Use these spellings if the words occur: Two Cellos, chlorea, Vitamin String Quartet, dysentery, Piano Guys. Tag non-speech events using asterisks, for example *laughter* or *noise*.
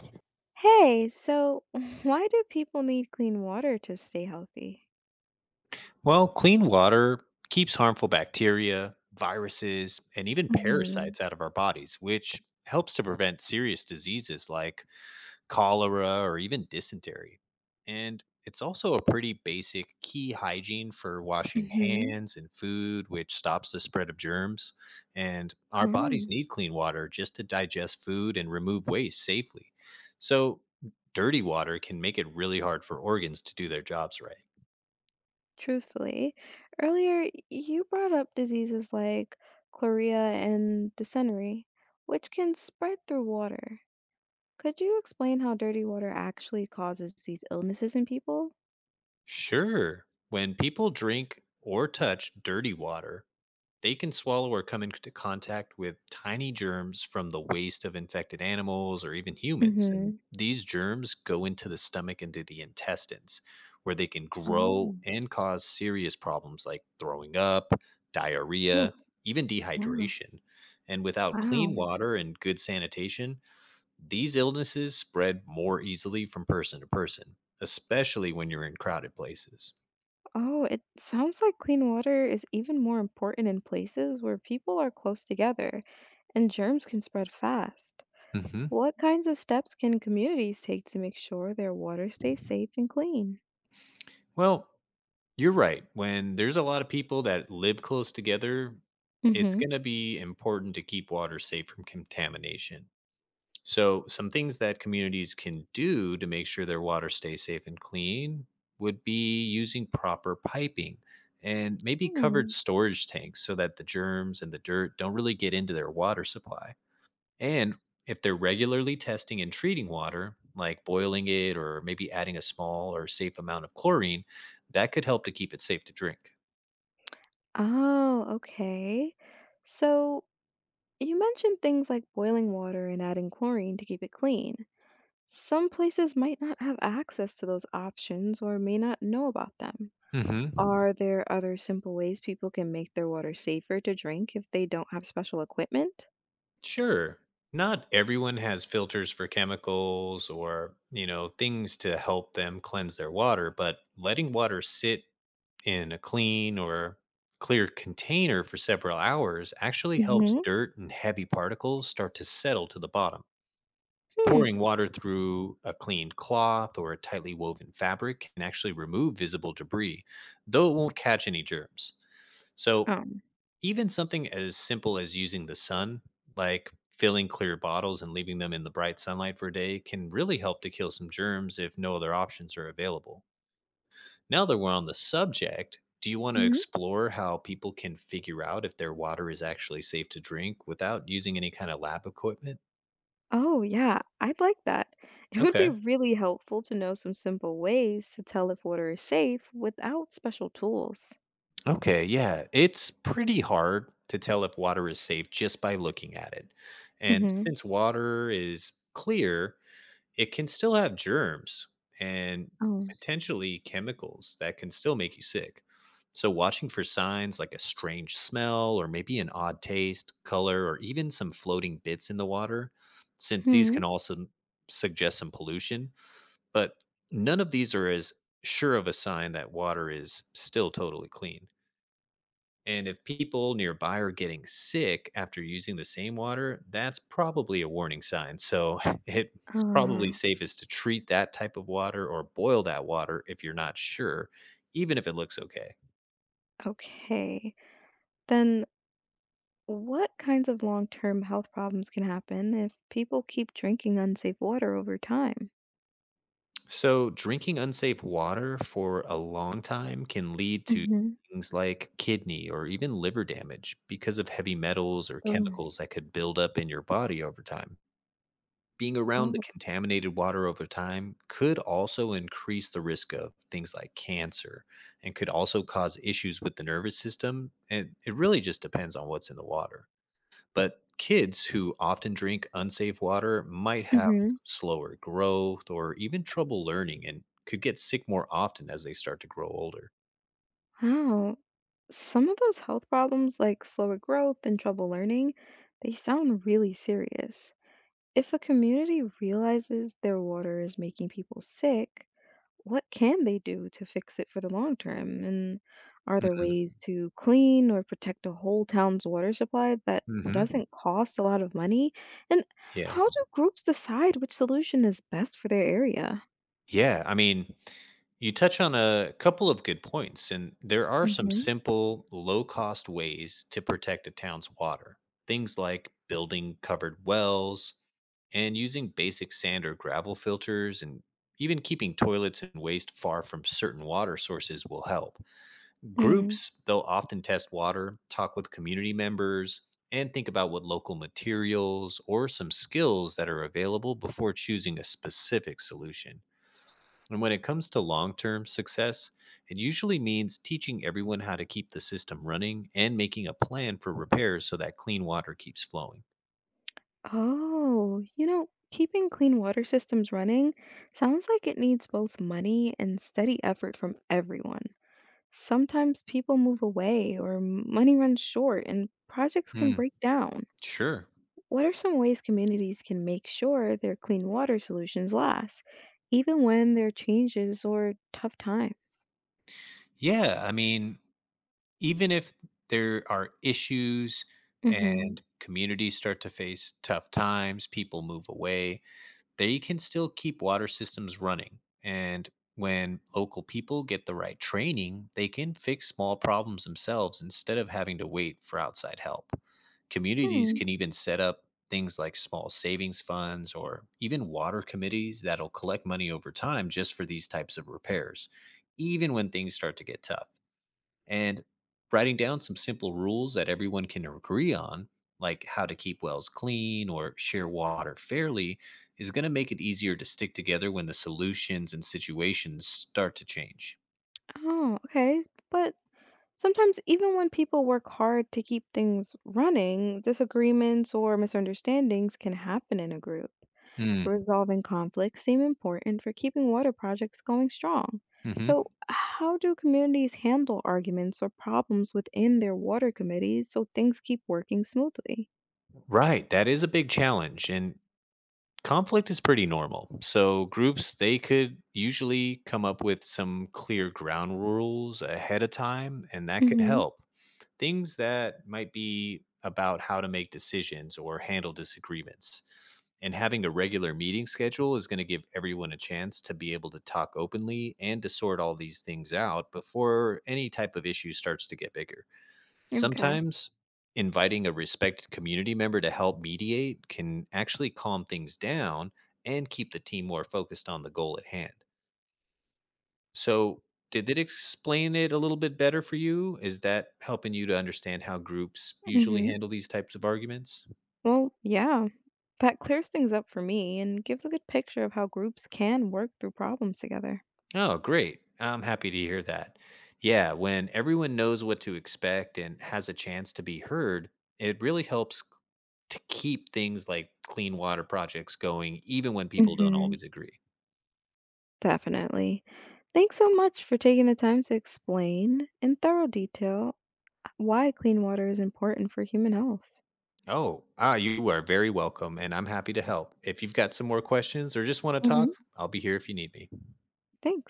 Hey, so *laughs* why do people need clean water to stay healthy? Well, clean water keeps harmful bacteria, viruses, and even Hmm. parasites out of our bodies, which helps to prevent serious diseases like cholera or even dysentery. And it's also a pretty basic key hygiene for washing Hmm. hands and food, which stops the spread of germs. And our bodies Um, need clean water just to digest food and remove waste safely. So, dirty water can make it really hard for organs to do their jobs right. truthfully, earlier you brought up diseases like chlorea and dysentery, which can spread through water. Could you explain how dirty water actually causes these illnesses in people? Sure. When people drink or touch dirty water, they can swallow or come into contact with tiny germs from the waste of infected animals or even humans. And Hmm. these germs go into the stomach and to the intestines, where they can grow Oh, and cause serious problems like throwing up, oh, diarrhea, even yeah. dehydration. And without clean Wow. water and good sanitation, these illnesses spread more easily from person to person, especially when you're in crowded places. Oh, it sounds like clean water is even more important in places where people are close together and germs can spread fast. Hmm. What kinds of steps can communities take to make sure their water stays safe and clean? Well, you're right. When there's a lot of people that live close together, it's Hmm. going to be important to keep water safe from contamination. So, some things that communities can do to make sure their water stays safe and clean would be using proper piping and maybe covered Hmm. storage tanks so that the germs and the dirt don't really get into their water supply. And if they're regularly testing and treating water, like boiling it or maybe adding a small or safe amount of chlorine, that could help to keep it safe to drink. Oh, okay. So you mentioned things like boiling water and adding chlorine to keep it clean. Some places might not have access to those options or may not know about them. hmm Are there other simple ways people can make their water safer to drink if they don't have special equipment? Sure, not everyone has filters for chemicals or, things to help them cleanse their water, but letting water sit in a clean or clear container for several hours actually helps Hmm. dirt and heavy particles start to settle to the bottom. Hmm. Pouring water through a clean cloth or a tightly woven fabric can actually remove visible debris, though it won't catch any germs. So, Um. even something as simple as using the sun, like filling clear bottles and leaving them in the bright sunlight for a day, can really help to kill some germs if no other options are available. Now that we're on the subject, do you want to Mhm. explore how people can figure out if their water is actually safe to drink without using any kind of lab equipment? Oh, yeah, I'd like that. *laughs* It would be Okay. really helpful to know some simple ways to tell if water is safe without special tools. Okay, yeah. It's pretty hard to tell if water is safe just by looking at it. And Mm-hmm. since water is clear, it can still have germs and Oh, potentially chemicals that can still make you sick. So, watching for signs like a strange smell or maybe an odd taste, color, or even some floating bits in the water, since these hmm. can also suggest some pollution, but none of these are as sure of a sign that water is still totally clean. And if people nearby are getting sick after using the same water, that's probably a warning sign. So *laughs* it's Uh, probably safest to treat that type of water or boil that water if you're not sure, even if it looks okay. okay. Then what kinds of long-term health problems can happen if people keep drinking unsafe water over time? So drinking unsafe water for a long time can lead to Mm-hmm. things like kidney or even liver damage because of heavy metals or Oh, chemicals that could build up in your body over time. Being around the oh, contaminated water over time could also increase the risk of things like cancer and could also cause issues with the nervous system. And it really just depends on what's in the water. But kids who often drink unsafe water might have mm-hmm. slower growth or even trouble learning and could get sick more often as they start to grow older. Wow. Some of those health problems, like slower growth and trouble learning, they sound really serious. If a community realizes their water is making people sick, what can they do to fix it for the long term? And are there hmm ways to clean or protect a whole town's water supply that hmm doesn't cost a lot of money? And Yeah. how do groups decide which solution is best for their area? Yeah. you touch on a couple of good points, and there are some Hmm. simple, low cost ways to protect a town's water. Things like building covered wells and using basic sand or gravel filters, and even keeping toilets and waste far from certain water sources will help. Mm. Groups, they'll often test water, talk with community members, and think about what local materials or some skills that are available before choosing a specific solution. And when it comes to long term success, it usually means teaching everyone how to keep the system running and making a plan for repairs so that clean water keeps flowing. Oh, you know, keeping clean water systems running sounds like it needs both money and steady effort from everyone. Sometimes people move away or money runs short and projects can Hmm. break down. Sure. What are some ways communities can make sure their clean water solutions last, even when there are changes or tough times? Yeah. even if there are issues Mm-hmm. and communities start to face tough times, people move away, they can still keep water systems running. And when local people get the right training, they can fix small problems themselves instead of having to wait for outside help. Communities Hmm. can even set up things like small savings funds or even water committees that'll collect money over time just for these types of repairs, even when things start to get tough. And writing down some simple rules that everyone can agree on, like how to keep wells clean or share water fairly, is going to make it easier to stick together when the solutions and situations start to change. Oh, okay. But sometimes, even when people work hard to keep things running, disagreements or misunderstandings can happen in a group. Mm. Resolving conflicts seem important for keeping water projects going strong. Hmm. So, how do communities handle arguments or problems within their water committees so things keep working smoothly? Right. That is a big challenge. And conflict is pretty normal. So groups they could usually come up with some clear ground rules ahead of time and that could Hmm. help. Things that might be about how to make decisions or handle disagreements. And having a regular meeting schedule is going to give everyone a chance to be able to talk openly and to sort all these things out before any type of issue starts to get bigger. Okay. Sometimes inviting a respected community member to help mediate can actually calm things down and keep the team more focused on the goal at hand. So, did it explain it a little bit better for you? Is that helping you to understand how groups usually Hmm. handle these types of arguments? Well, yeah, that clears things up for me and gives a good picture of how groups can work through problems together. Oh, great. I'm happy to hear that. Yeah, when everyone knows what to expect and has a chance to be heard, it really helps to keep things like clean water projects going, even when people don't Hmm. always agree. Definitely. Thanks so much for taking the time to explain in thorough detail why clean water is important for human health. Oh, ah, you are very welcome, and I'm happy to help. If you've got some more questions or just want to talk, Hmm. I'll be here if you need me. Thanks.